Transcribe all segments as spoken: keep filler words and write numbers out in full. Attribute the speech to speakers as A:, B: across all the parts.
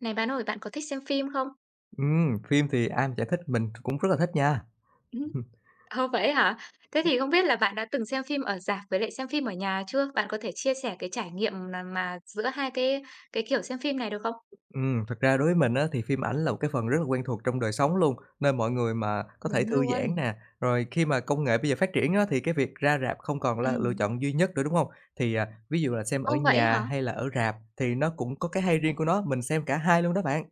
A: Này bạn ơi, bạn có thích xem phim không?
B: Ừm, phim thì ai mà chả thích, mình cũng rất là thích nha.
A: Ừm. Ơ, vậy hả? Thế thì không biết là bạn đã từng xem phim ở rạp với lại xem phim ở nhà chưa? Bạn có thể chia sẻ cái trải nghiệm là mà giữa hai cái cái kiểu xem phim này được không?
B: Ừm, thực ra đối với mình á, thì phim ảnh là một cái phần rất là quen thuộc trong đời sống luôn, nơi mọi người mà có thể
A: Đúng
B: thư giãn
A: luôn.
B: nè. Rồi khi mà công nghệ bây giờ phát triển á, thì cái việc ra rạp không còn là lựa
A: Ừm.
B: chọn duy nhất nữa, đúng không? Thì, à, ví dụ là xem ở
A: Ô, vậy
B: nhà
A: hả?
B: hay là ở rạp thì nó cũng có cái hay riêng của nó, mình xem cả hai luôn đó bạn.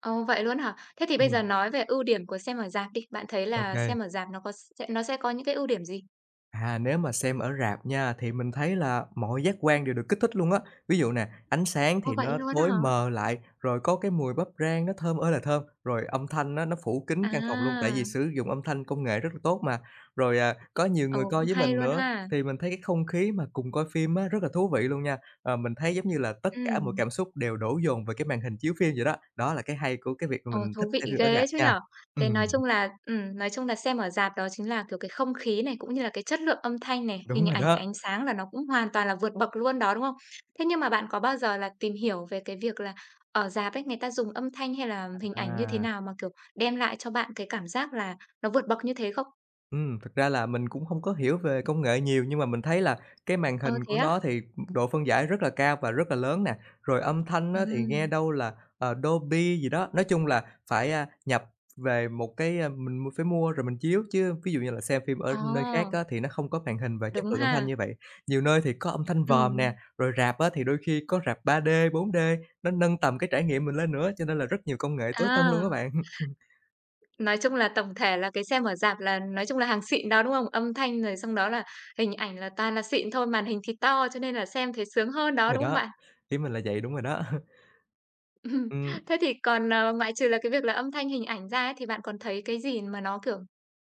A: Ồ, vậy luôn hả? Thế thì bây
B: Ừm,
A: giờ nói về ưu điểm của xem ở rạp đi, bạn thấy là
B: OK.
A: xem ở rạp nó có sẽ nó sẽ có những cái ưu điểm gì?
B: À, nếu mà xem ở rạp nha, thì mình thấy là mọi giác quan đều được kích thích luôn á. Ví dụ nè, ánh sáng
A: Ô,
B: thì
A: vậy
B: nó
A: luôn
B: tối
A: hả?
B: mờ lại, rồi có cái mùi bắp rang nó thơm ơi là thơm, rồi âm thanh nó nó phủ kín căn phòng luôn, tại vì
A: À,
B: sử dụng âm thanh công nghệ rất là tốt mà. Rồi, à, có nhiều người
A: ồ,
B: coi
A: cũng
B: với
A: hay
B: mình
A: luôn
B: nữa,
A: ha.
B: thì mình thấy cái không khí mà cùng coi phim á, rất là thú vị luôn nha. Ờ, mình thấy giống như là tất cả mọi
A: Ừm.
B: cảm xúc đều đổ dồn về cái màn hình chiếu phim vậy đó. Đó là cái hay của cái việc mà
A: Ồ,
B: mình thích
A: thú
B: xem
A: vị
B: phim ở
A: ghê
B: rạp
A: ấy chứ nhỉ?
B: nha. Ừm,
A: Thế nói chung là, ừm, nói chung là xem ở rạp đó chính là, kiểu, cái không khí này, cũng như là cái chất lượng âm thanh này,
B: đúng
A: hình
B: rồi
A: ảnh,
B: đó.
A: ánh sáng là nó cũng hoàn toàn là vượt bậc luôn đó, đúng không? Thế nhưng mà bạn có bao giờ là tìm hiểu về cái việc là ở rạp ấy, người ta dùng âm thanh hay là hình ảnh như thế
B: À.
A: nào mà, kiểu, đem lại cho bạn cái cảm giác là nó vượt bậc như thế không?
B: Ừm, thực ra là mình cũng hông có hiểu về công nghệ nhiều, nhưng mà mình thấy là cái màn
A: Ờ,
B: hình
A: thế
B: của
A: á?
B: nó thì độ phân giải rất là cao và rất là lớn nè, rồi âm thanh á thì nghe
A: Ừm,
B: đâu là, ờ, Dolby gì đó. Nói chung là phải, a, nhập về một cái, a mình mua phải mua rồi mình chiếu, chứ ví dụ như là xem phim ở
A: ờ,
B: nơi khác á thì nó không có màn hình và chất
A: đúng
B: lượng âm thanh
A: ha,
B: như vậy. Nhiều nơi thì có âm thanh vòm nè,
A: ừm,
B: rồi rạp á thì đôi khi có rạp ba d, bốn d, nó nâng tầm cái trải nghiệm mình lên nữa, cho nên là rất nhiều công nghệ tối tân luôn
A: à.
B: á bạn.
A: Nói chung là tổng thể là cái xem ở rạp là nói chung là hàng xịn đó, đúng không? Âm thanh rồi xong đó là hình ảnh là toàn là xịn thôi, màn hình thì to cho nên là xem thấy sướng hơn đó,
B: Rồi
A: đúng không
B: đó,
A: bạn?
B: ý mình là vậy, đúng rồi đó.
A: Ừm.
B: Ừm.
A: Thế thì còn, ờ, ngoại trừ là cái việc là âm thanh, hình ảnh ra ấy, thì bạn còn thấy cái gì mà nó, kiểu,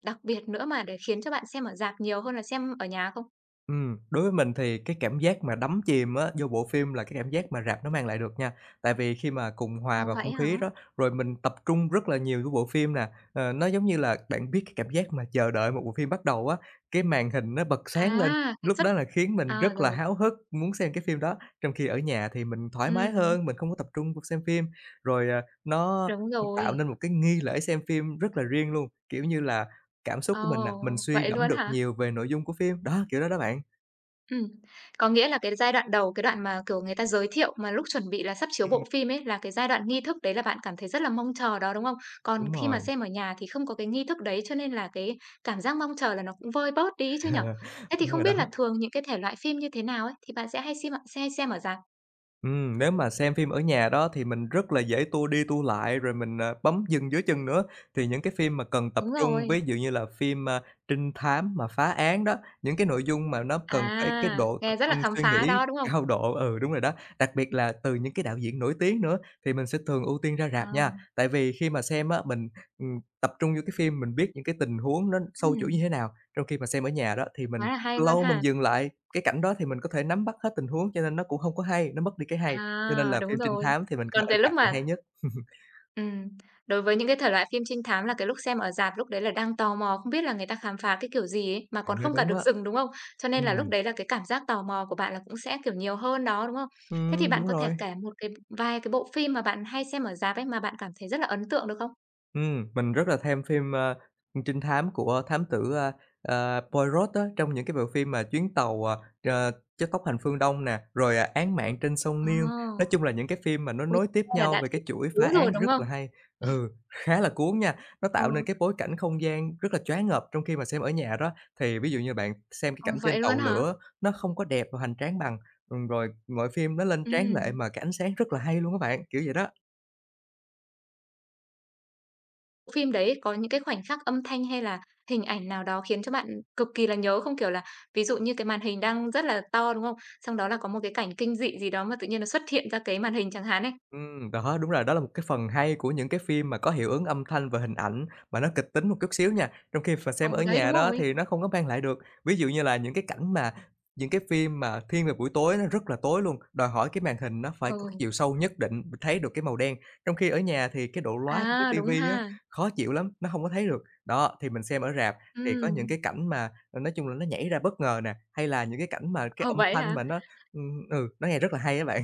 A: đặc biệt nữa mà để khiến cho bạn xem ở rạp nhiều hơn là xem ở nhà không?
B: Ừm, đối với mình thì cái cảm giác mà đắm chìm á, vô bộ phim là cái cảm giác mà rạp nó mang lại được nha. Tại vì khi mà cùng hòa
A: Ờ,
B: vào
A: vậy
B: không
A: hả?
B: khí đó, rồi mình tập trung rất là nhiều vô bộ phim nè. Ờ, nó giống như là bạn biết cái cảm giác mà chờ đợi một bộ phim bắt đầu á, cái màn hình nó bật
A: À,
B: sáng lên,
A: cái
B: lúc
A: suất
B: đó là khiến mình
A: à,
B: rất là
A: rồi,
B: háo hức muốn xem cái phim đó. Trong khi ở nhà thì mình thoải mái
A: ừm,
B: hơn, mình không có tập trung vô xem phim. Rồi, à, nó
A: đúng
B: tạo
A: rồi.
B: nên một cái nghi lễ xem phim rất là riêng luôn, kiểu như là, cảm xúc
A: Ồ,
B: của mình nè, mình suy
A: vậy
B: gẫm
A: luôn
B: được
A: hả?
B: nhiều về nội dung của phim, đó, kiểu đó đó bạn.
A: Ừm, có nghĩa là cái giai đoạn đầu, cái đoạn mà, kiểu, người ta giới thiệu mà lúc chuẩn bị là sắp chiếu
B: Ừm,
A: bộ phim ấy, là cái giai đoạn nghi thức đấy là bạn cảm thấy rất là mong chờ đó, đúng không? Còn
B: đúng
A: khi mà
B: rồi,
A: xem ở nhà thì không có cái nghi thức đấy, cho nên là cái cảm giác mong chờ là nó cũng vơi bớt đi ấy chứ nhỉ? Thế thì
B: đúng
A: không
B: rồi đó.
A: biết là thường những cái thể loại phim như thế nào ấy, thì bạn sẽ hay xem ạ sẽ hay xem ở rạp?
B: Ừm, nếu mà xem phim ở nhà đó thì mình rất là dễ tua đi tua lại, rồi mình, à, bấm dừng dưới chân nữa. Thì những cái phim mà cần tập
A: Đúng
B: trung,
A: rồi.
B: ví dụ như là phim, a, trinh thám mà phá án đó, những cái nội dung mà nó cần phải cái
A: À,
B: độ tập
A: nghe rất
B: trung
A: là khám
B: suy
A: phá
B: nghĩ
A: đó, đúng không?
B: cao độ, ừ, đúng rồi đó, đặc biệt là từ những cái đạo diễn nổi tiếng nữa, thì mình sẽ thường ưu tiên ra
A: Ờ,
B: rạp nha. Tại vì khi mà xem á, mình, ừm, tập trung vô cái phim, mình biết những cái tình huống nó sâu chuỗi
A: ừm,
B: như thế nào, trong khi mà xem ở nhà đó thì mình
A: quá là hay luôn
B: lâu mình
A: ha!
B: dừng lại, cái cảnh đó thì mình có thể nắm bắt hết tình huống cho nên nó cũng hông có hay, nó mất đi cái hay, cho nên
A: À,
B: là
A: đúng
B: phim trinh
A: rồi.
B: thám thì mình coi
A: Còn
B: ở
A: cái
B: rạp
A: lúc
B: là
A: mà
B: hay nhất.
A: Ừm, đối với những cái thể loại phim trinh thám là cái lúc xem ở rạp, lúc đấy là đang tò mò, không biết là người ta khám phá cái kiểu gì ấy, mà còn
B: Bạn nói
A: không cả
B: đúng
A: được
B: á.
A: dừng, đúng không? Cho nên là lúc
B: Ừm,
A: đấy là cái cảm giác tò mò của bạn là cũng sẽ, kiểu, nhiều hơn đó, đúng không? Thế thì
B: ừm, đúng
A: bạn có thể
B: rồi.
A: kể một cái vài cái bộ phim mà bạn hay xem ở rạp ấy, mà bạn cảm thấy rất là ấn tượng được không?
B: Ừm, mình rất là thèm phim, ơ, trinh thám của thám tử, a, à, Poirot á, trong những cái bộ phim mà Chuyến tàu, à, ờ, Chất tốc hành phương Đông nè, rồi, à, Án mạng trên sông
A: Ờ,
B: Nin. Nói chung là những cái phim mà nó
A: ôi,
B: nối tiếp
A: thế là
B: nhau
A: đã
B: về cái
A: thấy
B: chuỗi phá
A: thú
B: án
A: rồi, đúng
B: rất
A: không?
B: là hay. Ừ, khá là cuốn nha, nó tạo nên
A: Ừ,
B: cái bối cảnh không gian rất là choáng ngợp trong khi mà xem ở nhà đó. Thì ví dụ như bạn xem cái
A: ờ,
B: cảnh trên
A: vậy luôn
B: tàu
A: hả?
B: lửa, nó không có đẹp và hoành tráng bằng, ừm, rồi mọi phim nó lên tráng
A: Ừm.
B: lệ mà cái ánh sáng rất là hay luôn á bạn, kiểu vậy đó.
A: Phim đấy có những cái khoảnh khắc âm thanh hay là hình ảnh nào đó khiến cho bạn cực kỳ là nhớ không? Kiểu là, ví dụ như cái màn hình đang rất là to, đúng không? Xong đó là có một cái cảnh kinh dị gì đó mà tự nhiên nó xuất hiện ra cái màn hình chẳng hạn ấy.
B: Ừm, đó, đúng rồi, đó là một cái phần hay của những cái phim mà có hiệu ứng âm thanh và hình ảnh mà nó kịch tính một chút xíu nha, trong khi mà xem ở
A: Ừ, đấy,
B: nhà
A: đúng
B: đó
A: rồi.
B: thì nó không có mang lại được. Ví dụ như là những cái cảnh mà những cái phim mà thiên về buổi tối nó rất là tối luôn, đòi hỏi cái màn hình nó phải có cái
A: Ừ.
B: chiều sâu nhất định, mình thấy được cái màu đen, trong khi ở nhà thì cái độ lóa của cái
A: À, đúng
B: tivi á,
A: ha.
B: khó chịu lắm, nó không có thấy được. Đó, thì mình xem ở rạp
A: Ừ,
B: thì có những cái cảnh mà, ờ, nói chung là nó nhảy ra bất ngờ nè, hay là những cái cảnh mà cái
A: ờ,
B: âm
A: vậy
B: thanh
A: hả?
B: mà nó ừm, ừ, nó nghe rất là hay á bạn.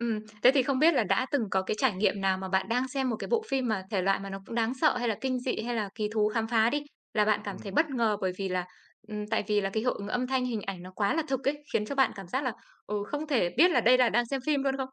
A: Ừm, thế thì không biết là đã từng có cái trải nghiệm nào mà bạn đang xem một cái bộ phim mà thể loại mà nó cũng đáng sợ hay là kinh dị hay là kỳ thú khám phá đi, là bạn cảm thấy
B: Ừm.
A: bất ngờ bởi vì là, ừm, tại vì là cái hiệu ứng âm thanh, hình ảnh nó quá là thực ấy, khiến cho bạn cảm giác là, ừ, không thể biết là đây là đang xem phim luôn không?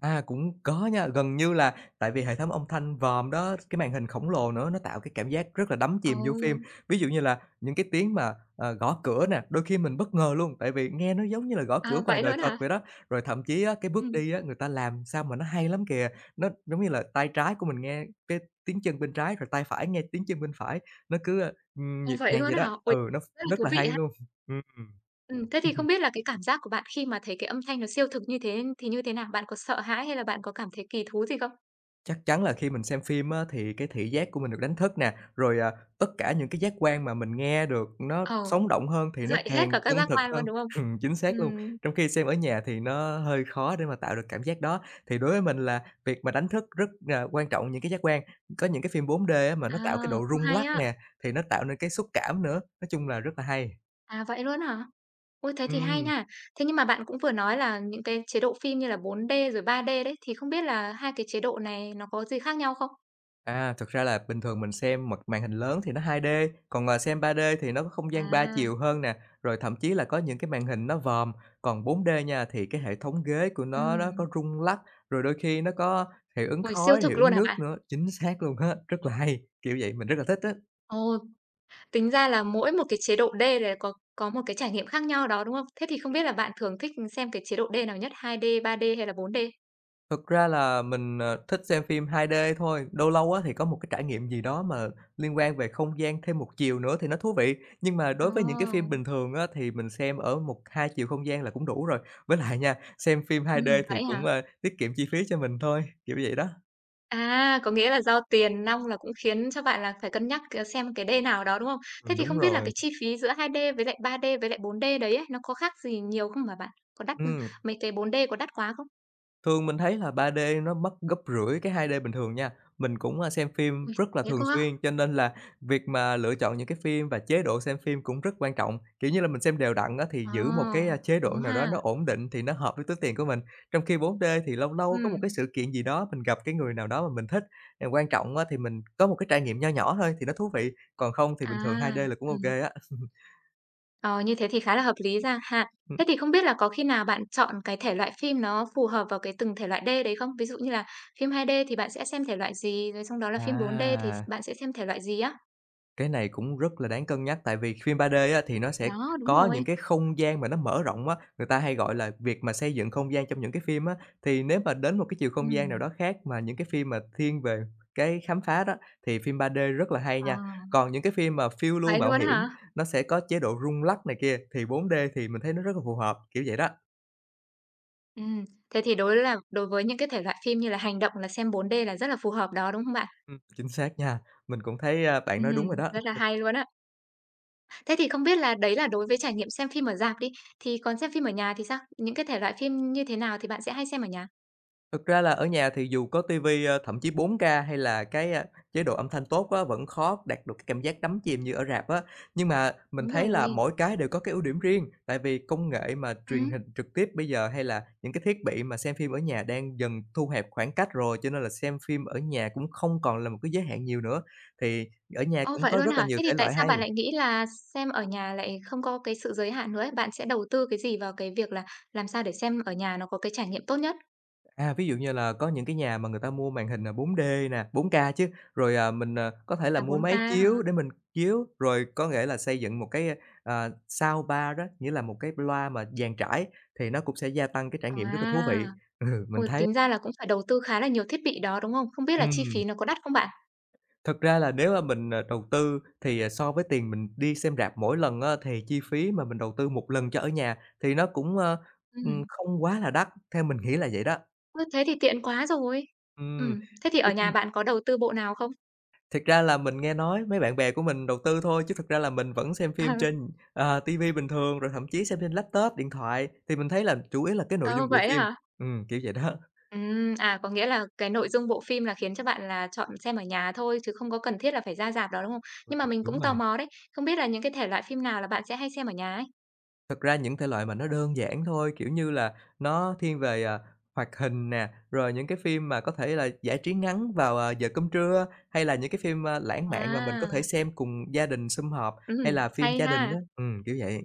B: À, cũng có nha, gần như là tại vì hệ thống âm thanh vòm đó, cái màn hình khổng lồ nữa, nó tạo cái cảm giác rất là đắm
A: Ồ,
B: chìm vô phim. Ví dụ như là những cái tiếng mà, ờ, gõ cửa nè, đôi khi mình bất ngờ luôn, tại vì nghe nó giống như là gõ cửa
A: à,
B: ngoài
A: vậy
B: đời
A: luôn á
B: thật
A: hả?
B: vậy đó. Rồi thậm chí á, cái bước
A: Ừm,
B: đi á, người ta làm sao mà nó hay lắm kìa, nó giống như là tay trái của mình nghe cái tiếng chân bên trái, rồi tay phải nghe tiếng chân bên phải, nó cứ, ơ,
A: ồ,
B: nhịp
A: vậy
B: nhàng
A: luôn
B: vậy
A: á
B: đó.
A: hả? Ôi,
B: Ừ, nó
A: rất là
B: rất
A: thú
B: là
A: vị
B: hay
A: ha!
B: luôn. Ừm.
A: Ừm, thế thì không biết là cái cảm giác của bạn khi mà thấy cái âm thanh nó siêu thực như thế thì như thế nào? Bạn có sợ hãi hay là bạn có cảm thấy kỳ thú gì không?
B: Chắc chắn là khi mình xem phim á, thì cái thị giác của mình được đánh thức nè, rồi, à, tất cả những cái giác quan mà mình nghe được nó
A: Ờ,
B: sống động hơn thì nó
A: dậy hết
B: càng
A: cả các
B: chân
A: giác
B: thực
A: quan
B: hơn.
A: luôn, đúng không?
B: Ừm, chính xác luôn.
A: Ừm.
B: Trong khi xem ở nhà thì nó hơi khó để mà tạo được cảm giác đó. Thì đối với mình là việc mà đánh thức rất là quan trọng những cái giác quan. Có những cái phim bốn d á, mà nó
A: À,
B: tạo cái độ
A: cũng
B: rung
A: hay
B: lắc
A: á.
B: nè, thì nó tạo nên cái xúc cảm nữa, nói chung là rất là hay.
A: À, vậy luôn hả? Ôi, thế thì hay
B: Ừm.
A: nha. Thế nhưng mà bạn cũng vừa nói là những cái chế độ phim như là bốn d rồi ba d đấy, thì không biết là hai cái chế độ này nó có gì khác nhau không?
B: À, thực ra là bình thường mình xem mặt màn hình lớn thì nó hai d, còn, ờ, xem ba d thì nó có không gian ba
A: À,
B: chiều hơn nè, rồi thậm chí là có những cái màn hình nó vòm. Còn bốn d nha, thì cái hệ thống ghế của nó nó có
A: ừm.
B: rung lắc, rồi đôi khi nó có hiệu ứng
A: Ôi, siêu
B: khói, hiệu
A: thực luôn
B: ứng
A: hả
B: nước
A: bạn?
B: nữa. Chính xác luôn á, rất là hay, kiểu vậy, mình rất là thích á.
A: Ồ, tính ra là mỗi một cái chế độ D là có có một cái trải nghiệm khác nhau đó, đúng không? Thế thì không biết là bạn thường thích xem cái chế độ D nào nhất, hai d ba d hay là bốn d?
B: Thực ra là mình, ờ, thích xem phim hai d thôi, lâu lâu á thì có một cái trải nghiệm gì đó mà liên quan về không gian thêm một chiều nữa thì nó thú vị. Nhưng mà
A: Ờ,
B: đối với những cái phim bình thường á thì mình xem ở một hai chiều không gian là cũng đủ rồi. Với lại nha, xem phim hai d
A: ừm,
B: thì
A: vậy
B: cũng,
A: hả?
B: ơ, tiết kiệm chi phí cho mình thôi, kiểu vậy đó.
A: À, có nghĩa là do tiền nong là cũng khiến cho bạn là phải cân nhắc c xem cái D nào đó, đúng không? Thế
B: Ừm,
A: thì
B: đúng
A: không biết là
B: rồi.
A: cái chi phí giữa hai d với lại ba d với lại bốn d đấy ấy, nó có khác gì nhiều không mà bạn? Có đắt ừ,
B: Ừm.
A: mấy cái bốn d có đắt quá không?
B: Thường mình thấy là ba d nó mất gấp rưỡi cái hai d bình thường nha. Mình cũng, a, xem phim
A: Ôi,
B: rất là
A: thế
B: thường
A: cơ á?
B: xuyên, cho nên là việc mà lựa chọn những cái phim và chế độ xem phim cũng rất quan trọng. Kiểu như là, mình xem đều đặn á, thì
A: Ờ,
B: giữ một cái, a, chế độ
A: đúng
B: nào đó nó
A: ha.
B: ổn định thì nó hợp với túi tiền của mình. Trong khi bốn d thì lâu lâu có
A: Ừ,
B: một cái sự kiện gì đó, mình gặp cái người nào đó mà mình thích, ờ, quan trọng á, thì mình có một cái trải nghiệm nho nhỏ thôi thì nó thú vị, còn không thì bình thường hai
A: à,
B: d là cũng ok
A: ừm,
B: á.
A: ờ, như thế thì khá là hợp lý ra ha. Thế thì không biết là có khi nào bạn chọn cái thể loại phim nó phù hợp vào cái từng thể loại D đấy không? Ví dụ như là phim hai d thì bạn sẽ xem thể loại gì, rồi trong đó là phim bốn d thì
B: À.
A: bạn sẽ xem thể loại gì á?
B: Cái này cũng rất là đáng cân nhắc, tại vì phim ba d á, thì nó sẽ
A: Đó, đúng
B: có
A: rồi.
B: những cái không gian mà nó mở rộng á, người ta hay gọi là việc mà xây dựng không gian trong những cái phim á. Thì nếu mà đến một cái chiều không gian nào
A: Ừm,
B: đó khác mà những cái phim mà thiên về cái khám phá đó, thì phim ba d rất là hay
A: ờ,
B: nha. Còn những cái phim mà phiêu lưu
A: vậy
B: mạo
A: luôn á
B: hiểm,
A: hả?
B: nó sẽ có chế độ rung lắc này kia, thì bốn d thì mình thấy nó rất là phù hợp, kiểu vậy đó.
A: Ừm, thế thì đối là đối với những cái thể loại phim như là hành động là xem bốn d là rất là phù hợp đó, đúng không bạn?
B: Ừm, chính xác nha, mình cũng thấy, a,
A: Ừm,
B: bạn nói đúng rồi đó.
A: rất là hay luôn á. Thế thì không biết là đấy là đối với trải nghiệm xem phim ở rạp đi, thì còn xem phim ở nhà thì sao? Những cái thể loại phim như thế nào thì bạn sẽ hay xem ở nhà?
B: Thực ra là ở nhà thì dù có ti vi, ờ, thậm chí bốn k hay là cái, a, chế độ âm thanh tốt á, vẫn khó đạt được cái cảm giác đắm chìm như ở rạp á. Nhưng mà mình
A: Đúng
B: thấy là
A: rồi.
B: mỗi cái đều có cái ưu điểm riêng, tại vì công nghệ mà truyền
A: Ừm,
B: hình trực tiếp bây giờ hay là những cái thiết bị mà xem phim ở nhà đang dần thu hẹp khoảng cách rồi, cho nên là xem phim ở nhà cũng không còn là một cái giới hạn nhiều nữa, thì ở nhà
A: ô,
B: cũng
A: vậy
B: có rất
A: luôn
B: là
A: hả?
B: nhiều
A: Thế thì
B: thể
A: tại
B: loại
A: sao
B: hay.
A: bạn lại nghĩ là xem ở nhà lại không có cái sự giới hạn nữa ấy? Bạn sẽ đầu tư cái gì vào cái việc là làm sao để xem ở nhà nó có cái trải nghiệm tốt nhất?
B: À, ví dụ như là có những cái nhà mà người ta mua màn hình, à, bốn d nè, bốn k chứ, rồi, à, mình, à, có thể là
A: À,
B: mua
A: bốn k
B: máy
A: hả?
B: chiếu để mình chiếu, rồi có nghĩa là xây dựng một cái, a, à, soundbar đó, nghĩa là một cái loa mà dàn trải thì nó cũng sẽ gia tăng cái trải nghiệm rất là thú
A: À!
B: vị. Ừ, mình
A: Ôi,
B: thấy
A: tính ra là cũng phải đầu tư khá là nhiều thiết bị đó, đúng không? Không biết là chi
B: ừm,
A: phí nó có đắt không bạn?
B: thực ra là nếu mà mình, à, đầu tư thì, à, so với tiền mình đi xem rạp mỗi lần á, thì chi phí mà mình đầu tư một lần cho ở nhà thì nó cũng, ơ, ừm,
A: Ừm,
B: không quá là đắt, theo mình nghĩ là vậy đó.
A: ơ, thế thì tiện quá rồi.
B: Ừm,
A: Ừm, thế thì
B: nói
A: ở
B: chung
A: nhà bạn có đầu tư bộ nào không?
B: thực ra là mình nghe nói mấy bạn bè của mình đầu tư thôi, chứ thực ra là mình vẫn xem
A: Ờ,
B: phim trên, ờ, ti vi bình thường, rồi thậm chí xem trên laptop, điện thoại, thì mình thấy là chủ yếu là cái nội
A: ờ,
B: dung của
A: vậy á
B: phim.
A: hả?
B: Ừm, kiểu vậy đó.
A: Ừm, à, có nghĩa là cái nội dung bộ phim là khiến cho bạn là chọn xem ở nhà thôi chứ không có cần thiết là phải ra rạp đó, đúng không? Nhưng mà mình
B: Đúng
A: cũng tò
B: rồi.
A: mò đấy, không biết là những cái thể loại phim nào là bạn sẽ hay xem ở nhà ấy?
B: Thật ra những thể loại mà nó đơn giản thôi, kiểu như là, nó thiên về, à, hoạt hình nè, rồi những cái phim mà có thể là giải trí ngắn vào, à, giờ cơm trưa, hay là những cái phim, a, lãng mạn mà mình có thể
A: À,
B: xem cùng gia đình sum họp,
A: ừm,
B: hay là phim
A: hay
B: gia đình
A: ha!
B: á. Ừm, kiểu vậy,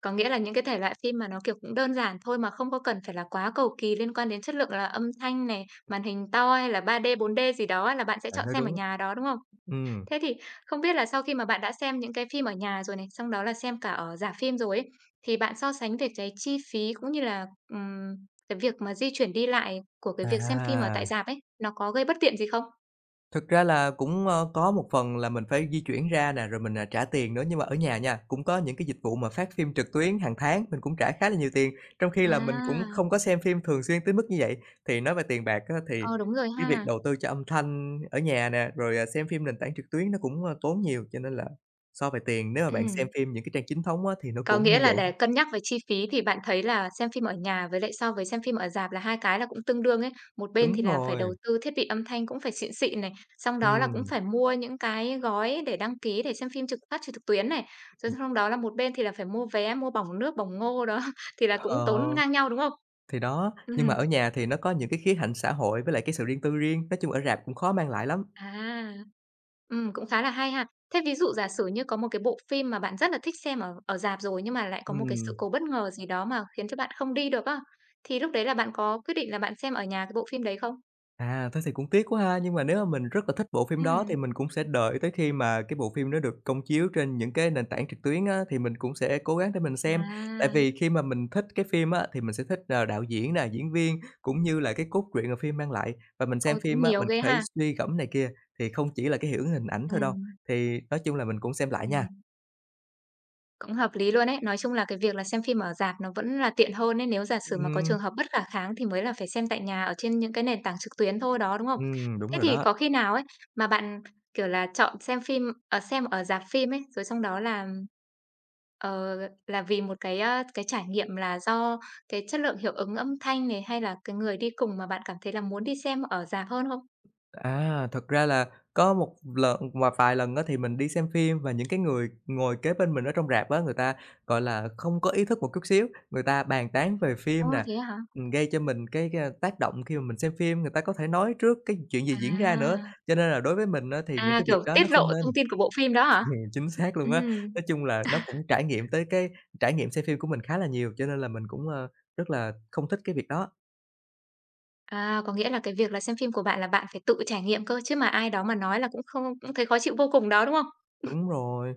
A: Có nghĩa là những cái thể loại phim mà nó, kiểu, cũng đơn giản thôi mà không có cần phải là quá cầu kỳ liên quan đến chất lượng là âm thanh này, màn hình to hay là ba d bốn d gì đó là bạn sẽ
B: bạn
A: chọn
B: nói
A: xem ở
B: đúng.
A: nhà đó, đúng không?
B: Ừm.
A: Thế thì không biết là sau khi mà bạn đã xem những cái phim ở nhà rồi này, xong đó là xem cả ở rạp phim rồi ấy, thì bạn so sánh về cái chi phí cũng như là, ừm, cái việc mà di chuyển đi lại của cái việc xem phim ở
B: À.
A: tại rạp ấy, nó có gây bất tiện gì không?
B: Thực ra là cũng, ơ, có một phần là mình phải di chuyển ra nè, rồi mình, à, trả tiền nữa. Nhưng mà ở nhà nha, cũng có những cái dịch vụ mà phát phim trực tuyến hàng tháng, mình cũng trả khá là nhiều tiền, trong khi là mình cũng không
A: À,
B: có xem phim thường xuyên tới mức như vậy. Thì nói về tiền bạc á, thì
A: ờ, đúng rồi
B: cái việc
A: ha.
B: đầu tư cho âm thanh ở nhà nè, rồi, à, xem phim nền tảng trực tuyến nó cũng, ơ, tốn nhiều, cho nên là so về tiền nếu mà bạn xem
A: Ừm.
B: phim những cái trang chính thống á, thì nó
A: Có
B: cũng
A: nghĩa
B: như
A: là
B: vậy.
A: để cân nhắc về chi phí thì bạn thấy là xem phim ở nhà với lại so với xem phim ở rạp là hai cái là cũng tương đương ấy. Một bên thì
B: Đúng
A: là phải
B: rồi,
A: đầu tư thiết bị âm thanh cũng phải xịn xịn này, xong đó là cũng
B: ừ
A: phải mua những cái gói để đăng ký để xem phim trực phát trực tuyến này. Rồi xong đó là một bên thì là phải mua vé, mua bỏng nước, bỏng ngô đó thì là cũng
B: ờ.
A: tốn ngang nhau, đúng không?
B: Thì đó, nhưng mà
A: Ừm.
B: ở nhà thì nó có những cái khía cạnh xã hội với lại cái sự riêng tư riêng, nói chung ở rạp cũng khó mang lại lắm.
A: À. Ừm, cũng khá là hay ha. Thế ví dụ giả sử như có một cái bộ phim mà bạn rất là thích xem ở ở rạp rồi, nhưng mà lại có một cái sự
B: Ừm,
A: cố bất ngờ gì đó mà khiến cho bạn không đi được á, thì lúc đấy là bạn có quyết định là bạn xem ở nhà cái bộ phim đấy không?
B: à, thế thì cũng tiếc quá ha, nhưng mà nếu mà mình rất là thích bộ phim đó thì
A: Ừm.
B: mình cũng sẽ đợi tới khi mà cái bộ phim nó được công chiếu trên những cái nền tảng trực tuyến á, thì mình cũng sẽ cố gắng để mình xem. Tại
A: À,
B: vì khi mà mình thích cái phim á, thì mình sẽ thích, ờ, đạo diễn nè, diễn viên, cũng như là cái cốt truyện mà phim mang lại. Và mình xem
A: ôi, cũng
B: phim á,
A: nhiều
B: mình
A: ghê
B: có thể
A: ha.
B: suy gẫm này kia, thì không chỉ là cái hiểu hình ảnh thôi đâu,
A: Ừm,
B: thì nói chung là mình cũng xem lại nha.
A: ừm. Cũng hợp lý luôn ấy. Nói chung là cái việc là xem phim ở rạp nó vẫn là tiện hơn ấy, nếu giả sử mà có trường
B: Ừm,
A: hợp bất khả kháng thì mới là phải xem tại nhà ở trên những cái nền tảng trực tuyến thôi đó, đúng không?
B: ừm, đúng
A: Thế
B: rồi
A: thì
B: đó.
A: có khi nào ấy mà bạn, kiểu là, chọn xem phim ở xem ở rạp phim ấy, rồi xong đó là, ờ, là vì một cái, a, cái trải nghiệm là do cái chất lượng hiệu ứng âm thanh này, hay là cái người đi cùng mà bạn cảm thấy là muốn đi xem ở rạp hơn không?
B: À, thật ra là có một lần và vài lần á thì mình đi xem phim và những cái người ngồi kế bên mình ở trong rạp á, người ta, gọi là, không có ý thức một chút xíu, người ta bàn tán về
A: Ô,
B: phim nè,
A: thế hả?
B: ừm, gây cho mình cái cái tác động khi mà mình xem phim, người ta có thể nói trước cái chuyện gì diễn ra nữa.
A: À,
B: Cho nên là đối với mình á thì những
A: à,
B: cái việc
A: kiểu,
B: đó nó
A: tiết
B: không
A: lộ
B: nên.
A: thông tin của bộ phim đó hả?
B: Ừm, chính xác luôn á.
A: Ừm.
B: Nói chung là nó cũng trải nghiệm tới cái trải nghiệm xem phim của mình khá là nhiều, cho nên là mình cũng, ơ, rất là không thích cái việc đó.
A: À, có nghĩa là cái việc là xem phim của bạn là bạn phải tự trải nghiệm cơ, chứ mà ai đó mà nói là cũng không cũng thấy khó chịu vô cùng đó, đúng không?
B: Đúng rồi.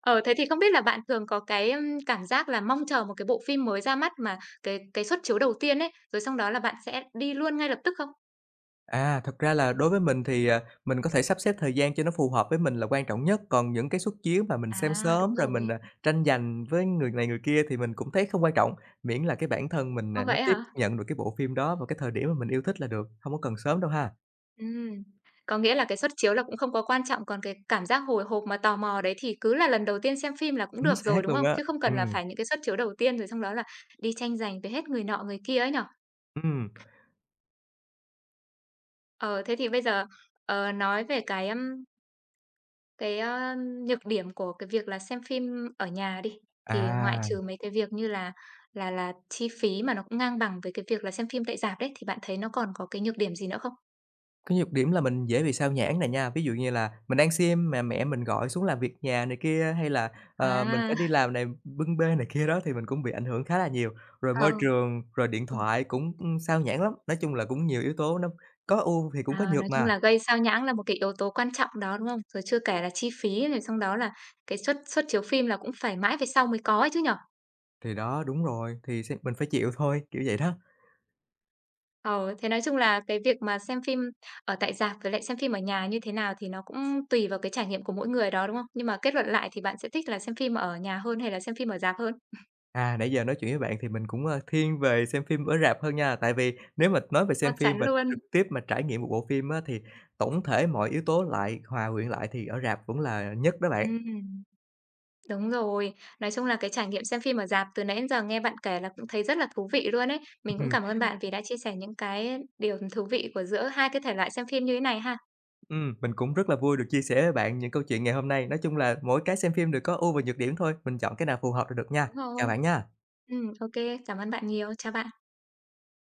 A: Ờ, thế thì không biết là bạn thường có cái, ưm, cảm giác là mong chờ một cái bộ phim mới ra mắt mà cái cái suất chiếu đầu tiên ấy, rồi xong đó là bạn sẽ đi luôn ngay lập tức không?
B: À, thật ra là đối với mình thì, à, mình có thể sắp xếp thời gian cho nó phù hợp với mình là quan trọng nhất, còn những cái suất chiếu mà mình xem
A: À,
B: sớm
A: đúng
B: rồi mình,
A: rồi.
B: à, tranh giành với người này người kia thì mình cũng thấy không quan trọng, miễn là cái bản thân mình,
A: Ơ,
B: à, nó
A: vậy
B: tiếp
A: hả?
B: nhận được cái bộ phim đó vào cái thời điểm mà mình yêu thích là được, không có cần sớm đâu ha.
A: Ừm, có nghĩa là cái suất chiếu là cũng không có quan trọng, còn cái cảm giác hồi hộp mà tò mò đấy thì cứ là lần đầu tiên xem phim là cũng
B: Chính
A: được rồi,
B: xác
A: đúng
B: luôn
A: không?
B: á,
A: Chứ không cần là
B: ừm,
A: phải những cái suất chiếu đầu tiên rồi xong đó là đi tranh giành với hết người nọ người kia ấy nhỉ?
B: ừm,
A: Ờ, thế thì bây giờ, ờ, nói về cái, ưm, cái, ơ, nhược điểm của cái việc là xem phim ở nhà đi, thì ngoại
B: à.
A: trừ mấy cái việc như là là là chi phí mà nó cũng ngang bằng với cái việc là xem phim tại rạp đấy, thì bạn thấy nó còn có cái nhược điểm gì nữa không?
B: Cái nhược điểm là mình dễ bị sao nhãng này nha, ví dụ như là mình đang xem mà mẹ mình gọi xuống làm việc nhà này kia, hay là, ờ, mình phải
A: À,
B: đi làm này bưng bê này kia đó thì mình cũng bị ảnh hưởng khá là nhiều. Rồi
A: ờ.
B: môi trường, rồi điện
A: Ừm,
B: thoại cũng, ưm, xao nhãng lắm, nói chung là cũng nhiều yếu tố nó có ưu thì cũng có
A: à, nói
B: nhược
A: chung
B: mà.
A: là gây sao nhãng là một cái yếu tố quan trọng đó, đúng không? Rồi chưa kể là chi phí rồi xong đó là cái suất suất chiếu phim là cũng phải mãi về sau mới có ấy chứ nhở.
B: Thì đó, đúng rồi, thì sẽ mình phải chịu thôi, kiểu vậy đó.
A: Ờ, thế nói chung là cái việc mà xem phim ở tại rạp với lại xem phim ở nhà như thế nào thì nó cũng tùy vào cái trải nghiệm của mỗi người đó, đúng không? Nhưng mà kết luận lại thì bạn sẽ thích là xem phim ở nhà hơn hay là xem phim ở rạp hơn?
B: À, nãy giờ nói chuyện với bạn thì mình cũng, ơ, thiên về xem phim ở rạp hơn nha, tại vì nếu mà nói về xem
A: Chắc
B: phim
A: chắn
B: và
A: luôn.
B: trực tiếp mà trải nghiệm một bộ phim á, thì tổng thể mọi yếu tố lại hòa quyện lại thì ở rạp vẫn là nhất đó bạn.
A: Ừm, đúng rồi. Nói chung là cái trải nghiệm xem phim ở rạp từ nãy đến giờ nghe bạn kể là cũng thấy rất là thú vị luôn ấy. Mình cũng cảm ơn bạn vì đã chia sẻ những cái điều thú vị của giữa hai cái thể loại xem phim như thế này ha.
B: Ừm, mình cũng rất là vui được chia sẻ với bạn những câu chuyện ngày hôm nay. Nói chung là mỗi cái xem phim đều có ưu và nhược điểm thôi, mình chọn cái nào phù hợp là được nha.
A: Đúng
B: Chào
A: rồi.
B: bạn nha.
A: Ừm, ok, cảm ơn bạn nhiều. Chào bạn.